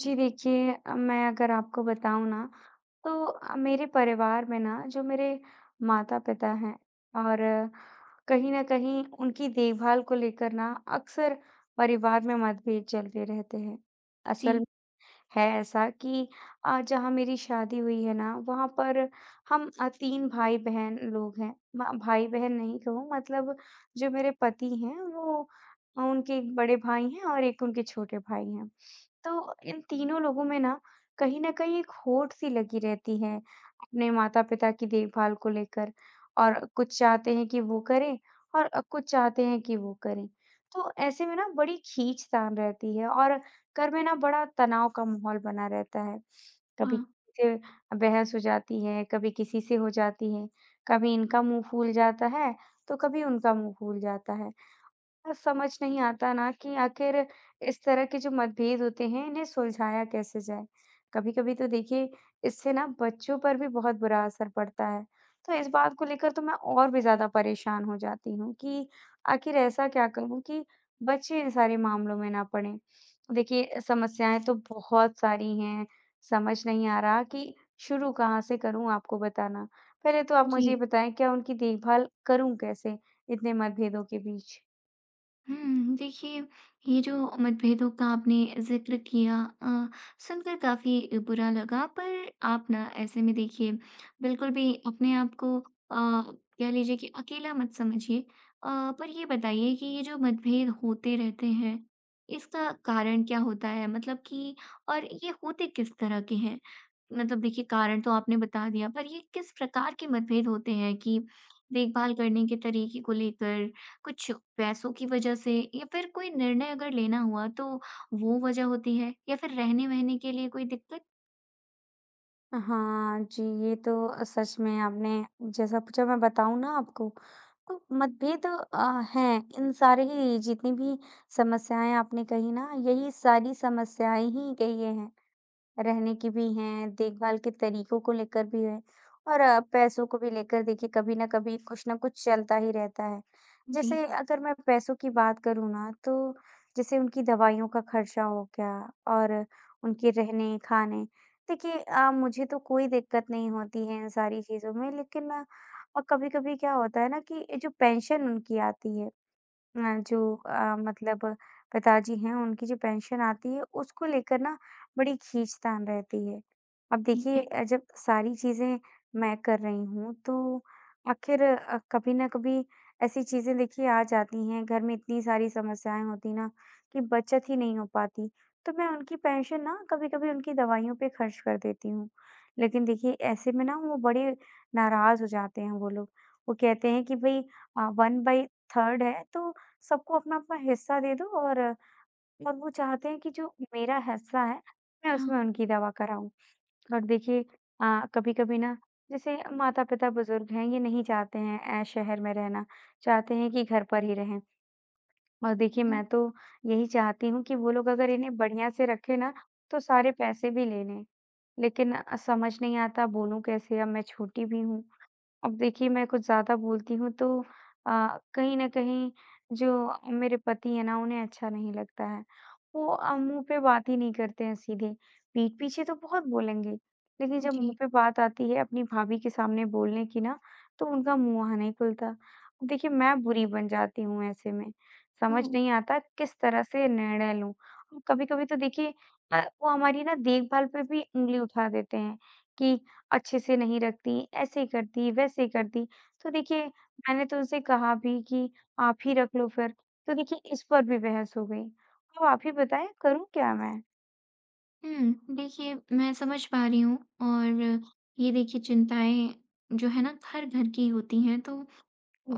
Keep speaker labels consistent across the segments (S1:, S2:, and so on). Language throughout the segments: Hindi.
S1: जी देखिए, मैं अगर आपको बताऊँ ना, तो मेरे परिवार में ना जो मेरे माता-पिता हैं और कहीं न कहीं उनकी देखभाल को लेकर ना अक्सर परिवार में मतभेद चलते रहते हैं। असल में
S2: जी,
S1: है ऐसा कि जहाँ मेरी शादी हुई है ना, वहाँ पर हम 3 भाई-बहन लोग हैं। म भाई-बहन नहीं कहूँ मतलब जो मेरे पति हैं वो उनके एक बड़े भाई हैं और एक उनके छोटे भाई हैं। तो इन तीनों लोगों में ना कहीं न कहीं एक होड़ सी लगी रहती है, अपने माता-पिता की देखभाल को लेकर और कुछ चाहते हैं कि वो करें और कुछ चाहते हैं कि वो करें। तो ऐसे में ना बड़ी खींचतान रहती है और घर में ना बड़ा तनाव का माहौल बना रहता है। कभी
S2: हाँ,
S1: किसी से बहस हो जाती है, कभी किसी से हो जाती है, कभी इनका मुँह फूल जाता है, तो कभी उनका मुँह फूल जाता है। समझ नहीं आता ना कि आखिर इस तरह के जो मतभेद होते हैं, इन्हें सुलझाया कैसे जाए? कभी-कभी तो देखिए, इससे ना बच्चों पर भी बहुत बुरा असर पड़ता है। तो इस बात को लेकर तो मैं और भी ज़्यादा परेशान हो जाती हूँ कि आखिर ऐसा क्या करूँ कि बच्चे इन सारे मामलों में ना पड़ें? देखिए, समस्याएँ तो बहुत सारी हैं, समझ नहीं आ रहा कि शुरू कहाँ से करूँ आपको बताना। पहले तो आप
S2: जी।
S1: मुझे ये बताएँ, क्या उनकी देखभाल करूँ कैसे, इतने मतभेदों के बीच?
S2: हुँ, देखिए, ये जो मतभेदों का आपने ज़िक्र किया अ, सुनकर काफ़ी बुरा लगा, पर आप ना ऐसे में देखिए, बिल्कुल भी अपने आप को कह लीजिए कि अकेला मत समझिए। पर ये बताइए कि ये जो मतभेद होते रहते हैं, इसका कारण क्या होता है? मतलब कि और ये होते किस तरह के हैं? मतलब देखिए, कारण तो आपने बता दिया, पर ये किस प्रकार के मतभेद होते हैं कि देखभाल करने के तरीके को लेकर कुछ पैसों की वजह से या फिर कोई निर्णय अगर लेना हुआ तो वो वजह होती है या फिर रहने-वहने के लिए कोई दिक्कत?
S1: हाँ जी, ये तो सच में आपने जैसा पूछा मैं बताऊँ ना आपको, तो मतभेद हैं इन सारे ही जितनी भी समस्याएँ आपने कही ना, यही सारी समस्याएँ ही कही हैं। रहने की भी हैं, देखभाल के तरीकों को लेकर भी है और पैसों को भी लेकर देखिए कभी न कभी कुछ न कुछ चलता ही रहता है।
S2: जी,
S1: जैसे अगर मैं पैसों की बात करूँ ना तो जैसे उनकी दवाइयों का खर्चा हो गया और उनके रहने-खाने देखिए मुझे तो कोई दिक्कत नहीं होती है इन सारी चीज़ों में लेकिन कभी-कभी क्या होता है ना कि जो पेंशन उनकी आती है अ, जो मतलब पिताजी हैं, उनकी जो पेंशन आती है, उसको लेकर ना बड़ी खींचतान रहती है। अब
S2: ठीक है।
S1: देखिए जब सारी चीज़ें मैं कर रही हूँ, तो आखिर कभी ना कभी ऐसी चीज़ें देखिए आ जाती हैं, घर में इतनी सारी समस्याएँ होती ना कि बचत ही नहीं हो पाती, तो मैं उनकी पेंशन ना कभी-कभी उनकी दवाइयों पे खर्च कर देती हूँ। लेकिन देखिए ऐसे में ना वो बड़े नाराज़ हो जाते हैं वो लोग। वो कहते हैं कि भई 1/3 है, तो सबको अपना-अपना हिस्सा दे दो और वो चाहते हैं कि जो मेरा हिस्सा है, मैं
S2: हाँ।
S1: उसमें उनकी दवा कराऊँ। और देखिए कभी-कभी ना जैसे माता-पिता बुज़ुर्ग हैं, ये नहीं चाहते हैं शहर में रहना, चाहते हैं कि घर पर ही रहें। और देखिए
S2: हुँ,
S1: मैं तो यही चाहती हूँ कि वो लोग अगर इन्हें बढ़िया से रखें ना, तो सारे पैसे भी ले लें। लेकिन समझ नहीं आता बोलूँ कैसे? अब मैं छोटी भी हूँ। अब देखिए मैं कुछ ज़्यादा बोलती हूँ तो कहीं न कहीं जो मेरे पति हैं ना उन्हें अच्छा नहीं लगता है। वो मुँह पे बात ही नहीं करते हैं सीधे, पीठ पीछे तो बहुत बोलेंगे, लेकिन जब मुँह
S2: जी।
S1: पे बात आती है अपनी भाभी के सामने बोलने की ना तो उनका मुँह वहाँ नहीं खुलता। अब देखिए मैं बुरी बन जाती हूँ ऐसे में, समझ
S2: ओह!
S1: नहीं आता किस तरह से निर्णय लूँ। कभी-कभी तो देखिए वो हमारी ना देखभाल पे भी उँगली उठा देते हैं कि अच्छे से नहीं रखती, ऐसे करती, वैसे करती। तो देखिए, मैंने तो उनसे कहा भी कि आप ही रख लो फिर। तो देखिए, इस पर भी बहस हो गई। अब आप ही बताएँ करूँ क्या मैं?
S2: हुँ, देखिए मैं समझ पा रही हूँ और ये देखिए चिंताएँ जो है ना हर घर की होती हैं, तो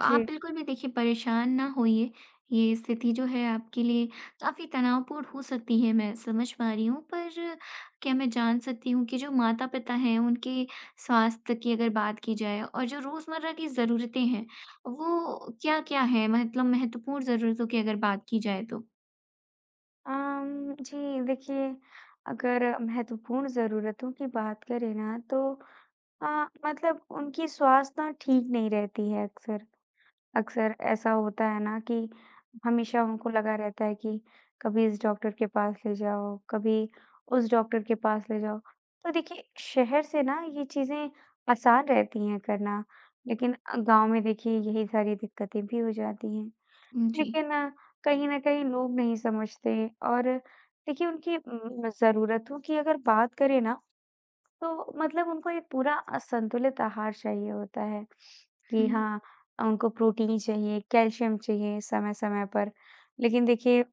S2: आप
S1: जी।
S2: बिल्कुल भी देखिए परेशान ना होइए, ये स्थिति जो है आपके लिए काफ़ी तनावपूर्ण हो सकती है, मैं समझ पा रही हूँ। पर क्या मैं जान सकती हूँ कि जो माता-पिता हैं, उनके स्वास्थ्य की अगर बात की जाए और जो रोज़मर्रा की ज़रूरतें हैं, वो क्या-क्या हैं? मतलब महत्वपूर्ण ज़रूरतों की अगर बात की जाए तो?
S1: जी देखिए, अगर महत्वपूर्ण ज़रूरतों की बात करें ना तो अ, मतलब उनकी स्वास्थ्य ना ठीक नहीं रहती है अक्सर। अक्सर ऐसा होता है ना कि हमेशा उनको लगा रहता है कि कभी इस डॉक्टर के पास ले जाओ, कभी उस डॉक्टर के पास ले जाओ। तो देखिए शहर से ना ये चीज़ें आसान रहती हैं करना, लेकिन गाँव में देखिए यही सारी दिक्कतें भी हो जाती हैं।
S2: जी।
S1: लेकिन कहीं न कहीं लोग नहीं समझते और देखिए उनकी ज़रूरतों की अगर बात करें ना तो मतलब उनको एक पूरा संतुलित आहार चाहिए होता है कि
S2: हुँ,
S1: हाँ, उनको प्रोटीन चाहिए, कैल्शियम चाहिए समय-समय पर। लेकिन देखिए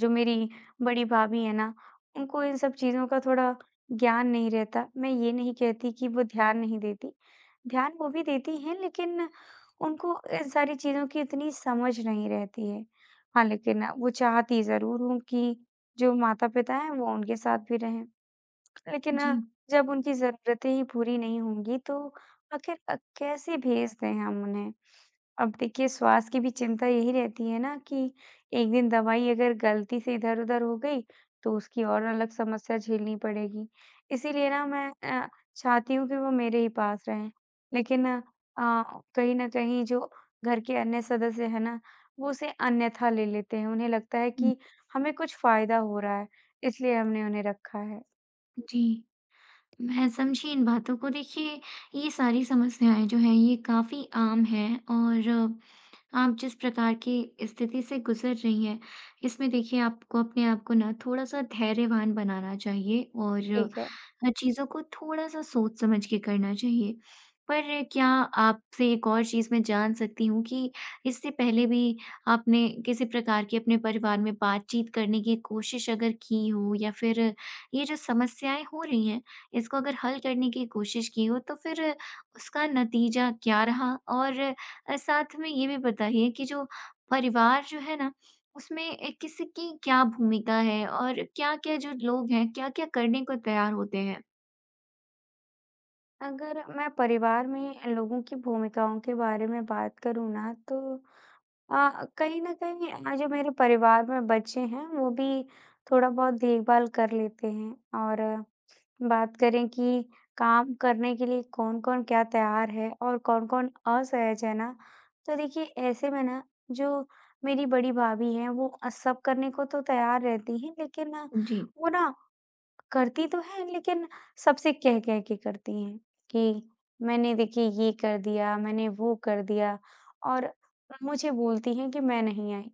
S1: जो मेरी बड़ी भाभी है ना, उनको इन सब चीज़ों का थोड़ा ज्ञान नहीं रहता। मैं ये नहीं कहती कि वो ध्यान नहीं देती, ध्यान वो भी देती हैं लेकिन उनको इन सारी चीज़ों की इतनी समझ नहीं रहती है। हाँ, लेकिन वो चाहती ज़रूर हूँ कि जो माता-पिता हैं वो उनके साथ भी रहें। लेकिन
S2: जी,
S1: जब उनकी ज़रूरतें ही पूरी नहीं होंगी तो आखिर कैसे भेज दें हम उन्हें? अब देखिए स्वास्थ्य की भी चिंता यही रहती है ना कि एक दिन दवाई अगर गलती से इधर-उधर हो गई तो उसकी और अलग समस्या झेलनी पड़ेगी। इसीलिए ना मैं अ, चाहती हूँ कि वो मेरे ही पास रहें। लेकिन कहीं न कहीं जो घर के अन्य सदस्य हैं ना, वो उसे अन्यथा ले लेते हैं। उन्हें लगता है
S2: हुँ,
S1: कि हमें कुछ फ़ायदा हो रहा है इसलिए हमने उन्हें रखा है।
S2: जी। मैं समझी इन बातों को। देखिए, ये सारी समस्याएँ जो हैं, ये काफ़ी आम हैं और आप जिस प्रकार की स्थिति से गुजर रही हैं, इसमें देखिए आपको अपने आप को ना थोड़ा-सा धैर्यवान बनाना चाहिए और
S1: ठीक है।
S2: चीज़ों को थोड़ा-सा सोच समझ के करना चाहिए। पर क्या आपसे एक और चीज़ मैं जान सकती हूँ कि इससे पहले भी आपने किसी प्रकार की अपने परिवार में बातचीत करने की कोशिश अगर की हो या फिर ये जो समस्याएँ हो रही हैं, इसको अगर हल करने की कोशिश की हो, तो फिर उसका नतीजा क्या रहा? और साथ में ये भी बताइए कि जो परिवार जो है ना, उसमें किसकी क्या भूमिका है और क्या-क्या जो लोग हैं, क्या-क्या करने को तैयार होते हैं?
S1: अगर मैं परिवार में लोगों की भूमिकाओं के बारे में बात करूँ ना तो कहीं न कहीं जो मेरे परिवार में बच्चे हैं वो भी थोड़ा बहुत देखभाल कर लेते हैं। और बात करें कि काम करने के लिए कौन-कौन क्या तैयार है और कौन-कौन असहज है ना, तो देखिए ऐसे में ना जो मेरी बड़ी भाभी हैं वो सब करने को तो तैयार रहती हैं लेकिन
S2: जी।
S1: वो ना करती तो हैं, लेकिन सबसे कह-कह के करती हैं कि मैंने देखिए ये कर दिया, मैंने वो कर दिया और मुझे बोलती हैं कि मैं नहीं आई।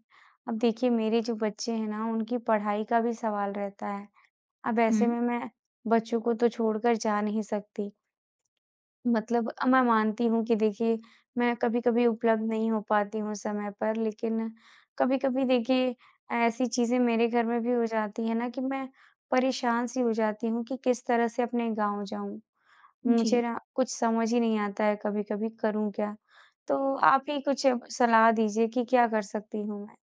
S1: अब देखिए मेरे जो बच्चे हैं ना, उनकी पढ़ाई का भी सवाल रहता है। अब
S2: हुँ,
S1: ऐसे में मैं बच्चों को तो छोड़कर जा नहीं सकती। मतलब मैं मानती हूँ कि देखिए, मैं कभी-कभी उपलब्ध नहीं हो पाती हूँ समय पर, लेकिन कभी-कभी देखिए ऐसी चीज़ें मेरे घर में भी हो जाती हैं ना कि मैं परेशान-सी हो जाती हूँ कि किस तरह से अपने गाँव जाऊँ।
S2: जी।
S1: मुझे ना कुछ समझ ही नहीं आता है कभी-कभी करूँ क्या? तो आप ही कुछ सलाह दीजिए कि क्या कर सकती हूँ मैं?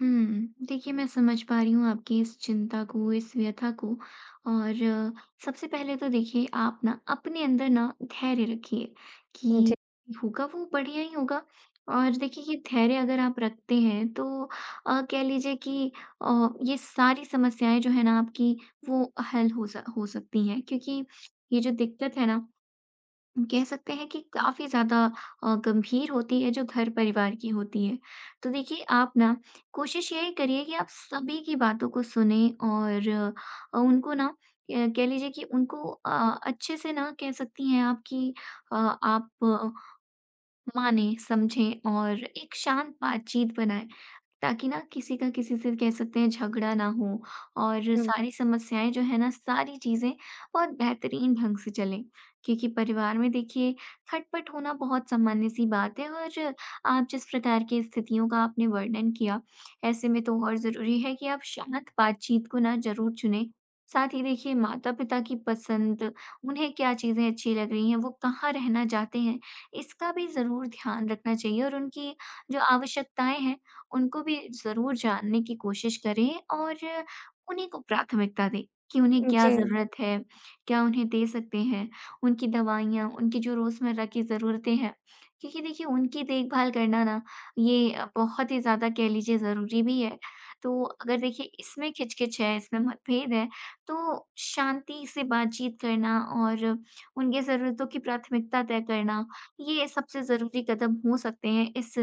S2: हुँ। देखिए, मैं समझ पा रही हूँ आपकी इस चिंता को, इस व्यथा को और सबसे पहले तो देखिए आप ना अपने अंदर ना धैर्य रखिए कि
S1: जी।
S2: होगा वो बढ़िया ही होगा और देखिए ये धैर्य अगर आप रखते हैं तो कह लीजिए कि ये सारी समस्याएँ जो है ना आपकी वो हल हो सकती हैं क्योंकि ये जो दिक्कत है ना कह सकते हैं कि काफ़ी ज़्यादा गंभीर होती है जो घर परिवार की होती है। तो देखिए आप ना कोशिश यही करिए कि आप सभी की बातों को सुनें और उनको ना कह लीजिए कि उनको अच्छे से ना कह सकती हैं आपकी आप कि आप मानें, समझें और एक शांत बातचीत बनाएँ। ताकि ना किसी का किसी से कह सकते हैं झगड़ा ना हो और
S1: हुँ।
S2: सारी समस्याएँ जो है ना सारी चीज़ें बहुत बेहतरीन ढंग से चलें। क्योंकि परिवार में देखिए खटपट होना बहुत सामान्य-सी बात है और आप जिस प्रकार की स्थितियों का आपने वर्णन किया, ऐसे में तो और ज़रूरी है कि आप शांत बातचीत को ना ज़रूर चुनें। साथ ही देखिए माता-पिता की पसंद, उन्हें क्या चीज़ें अच्छी लग रही हैं, वो कहाँ रहना चाहते हैं, इसका भी ज़रूर ध्यान रखना चाहिए और उनकी जो आवश्यकताएँ हैं उनको भी ज़रूर जानने की कोशिश करें और उन्हीं को प्राथमिकता दें कि उन्हें क्या
S1: जी।
S2: ज़रूरत है, क्या उन्हें दे सकते हैं, उनकी दवाइयाँ, उनकी जो रोज़मर्रा की ज़रूरतें हैं। क्योंकि देखिए उनकी देखभाल करना ना ये बहुत ही ज़्यादा कह लीजिए ज़रूरी भी है। तो अगर देखिए इसमें खिचकिच है, इसमें मतभेद है, तो शांति से बातचीत करना और उनकी ज़रूरतों की प्राथमिकता तय करना, ये सबसे ज़रूरी कदम हो सकते हैं इस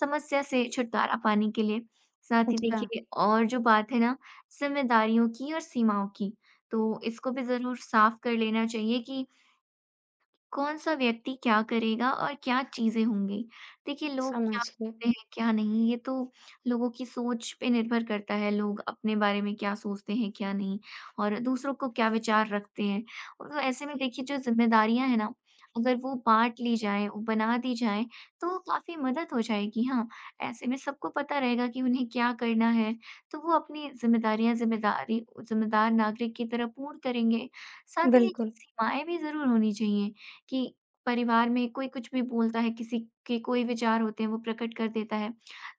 S2: समस्या से छुटकारा पाने के लिए। साथ ही
S1: अच्छा,
S2: देखिए और जो बात है ना ज़िम्मेदारियों की और सीमाओं की, तो इसको भी ज़रूर साफ कर लेना चाहिए कि कौन-सा व्यक्ति क्या करेगा और क्या चीज़ें होंगी? देखिए लोग क्या
S1: समझ गई।
S2: करते हैं, क्या नहीं, ये तो लोगों की सोच पे निर्भर करता है, लोग अपने बारे में क्या सोचते हैं, क्या नहीं और दूसरों को क्या विचार रखते हैं। और तो ऐसे में देखिए जो ज़िम्मेदारियाँ हैं ना, अगर वो बाँट ली जाएँ, बना दी जाएँ, तो काफ़ी मदद हो जाएगी। हाँ, ऐसे में सबको पता रहेगा कि उन्हें क्या करना है, तो वो अपनी ज़िम्मेदार नागरिक की तरह पूर्ण करेंगे। साथ ही देखिए
S1: बिल्कुल,
S2: सीमाएँ भी ज़रूर होनी चाहिए। कि परिवार में कोई कुछ भी बोलता है, किसी के कोई विचार होते हैं, वो प्रकट कर देता है।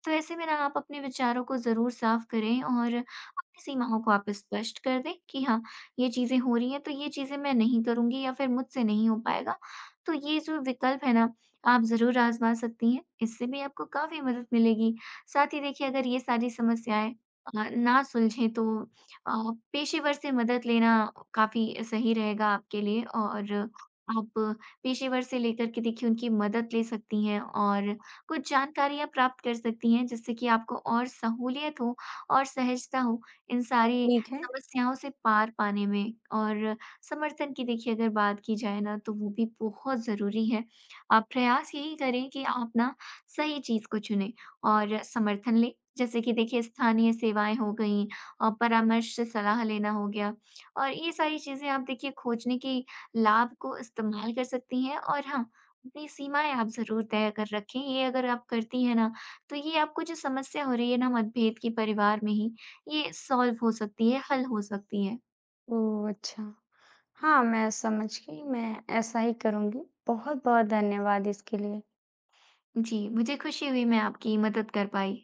S2: तो ऐसे में ना आप अपने विचारों को ज़रूर साफ करें और अपनी सीमाओं को आप स्पष्ट कर दें कि हाँ, ये चीज़ें हो रही हैं, तो ये चीज़ें मैं नहीं करूँगी या फिर मुझसे नहीं हो पाएगा। तो ये जो विकल्प है ना, आप ज़रूर आज़मा सकती हैं। इससे भी आपको काफ़ी मदद मिलेगी। साथ ही देखिए अगर ये सारी समस्याएँ ना सुलझें तो पेशेवर से मदद लेना काफ़ी सही रहेगा आपके लिए और आप पेशेवर से लेकर के देखिए उनकी मदद ले सकती हैं और कुछ जानकारियाँ प्राप्त कर सकती हैं, जिससे कि आपको और सहूलियत हो और सहजता हो इन सारी
S1: ठीक है।
S2: समस्याओं से पार पाने में। और समर्थन की देखिए अगर बात की जाए ना तो वो भी बहुत ज़रूरी है। आप प्रयास यही करें कि आप ना सही चीज़ को चुनें और समर्थन लें, जैसे कि देखिए स्थानीय सेवाएँ हो गईं परामर्श से सलाह लेना हो गया और ये सारी चीज़ें आप देखिए खोजने की लाभ को इस्तेमाल कर सकती हैं और हाँ, अपनी सीमाएँ आप ज़रूर तय कर रखें। ये अगर आप करती हैं ना, तो ये आपको जो समस्या हो रही है ना मतभेद की परिवार में ही, ये सॉल्व हो सकती है, हल हो सकती है।
S1: ओह! अच्छा। हाँ, मैं समझ गई, मैं ऐसा ही करूँगी। बहुत-बहुत धन्यवाद इसके लिए।
S2: जी, मुझे खुशी हुई मैं आपकी मदद कर पाई।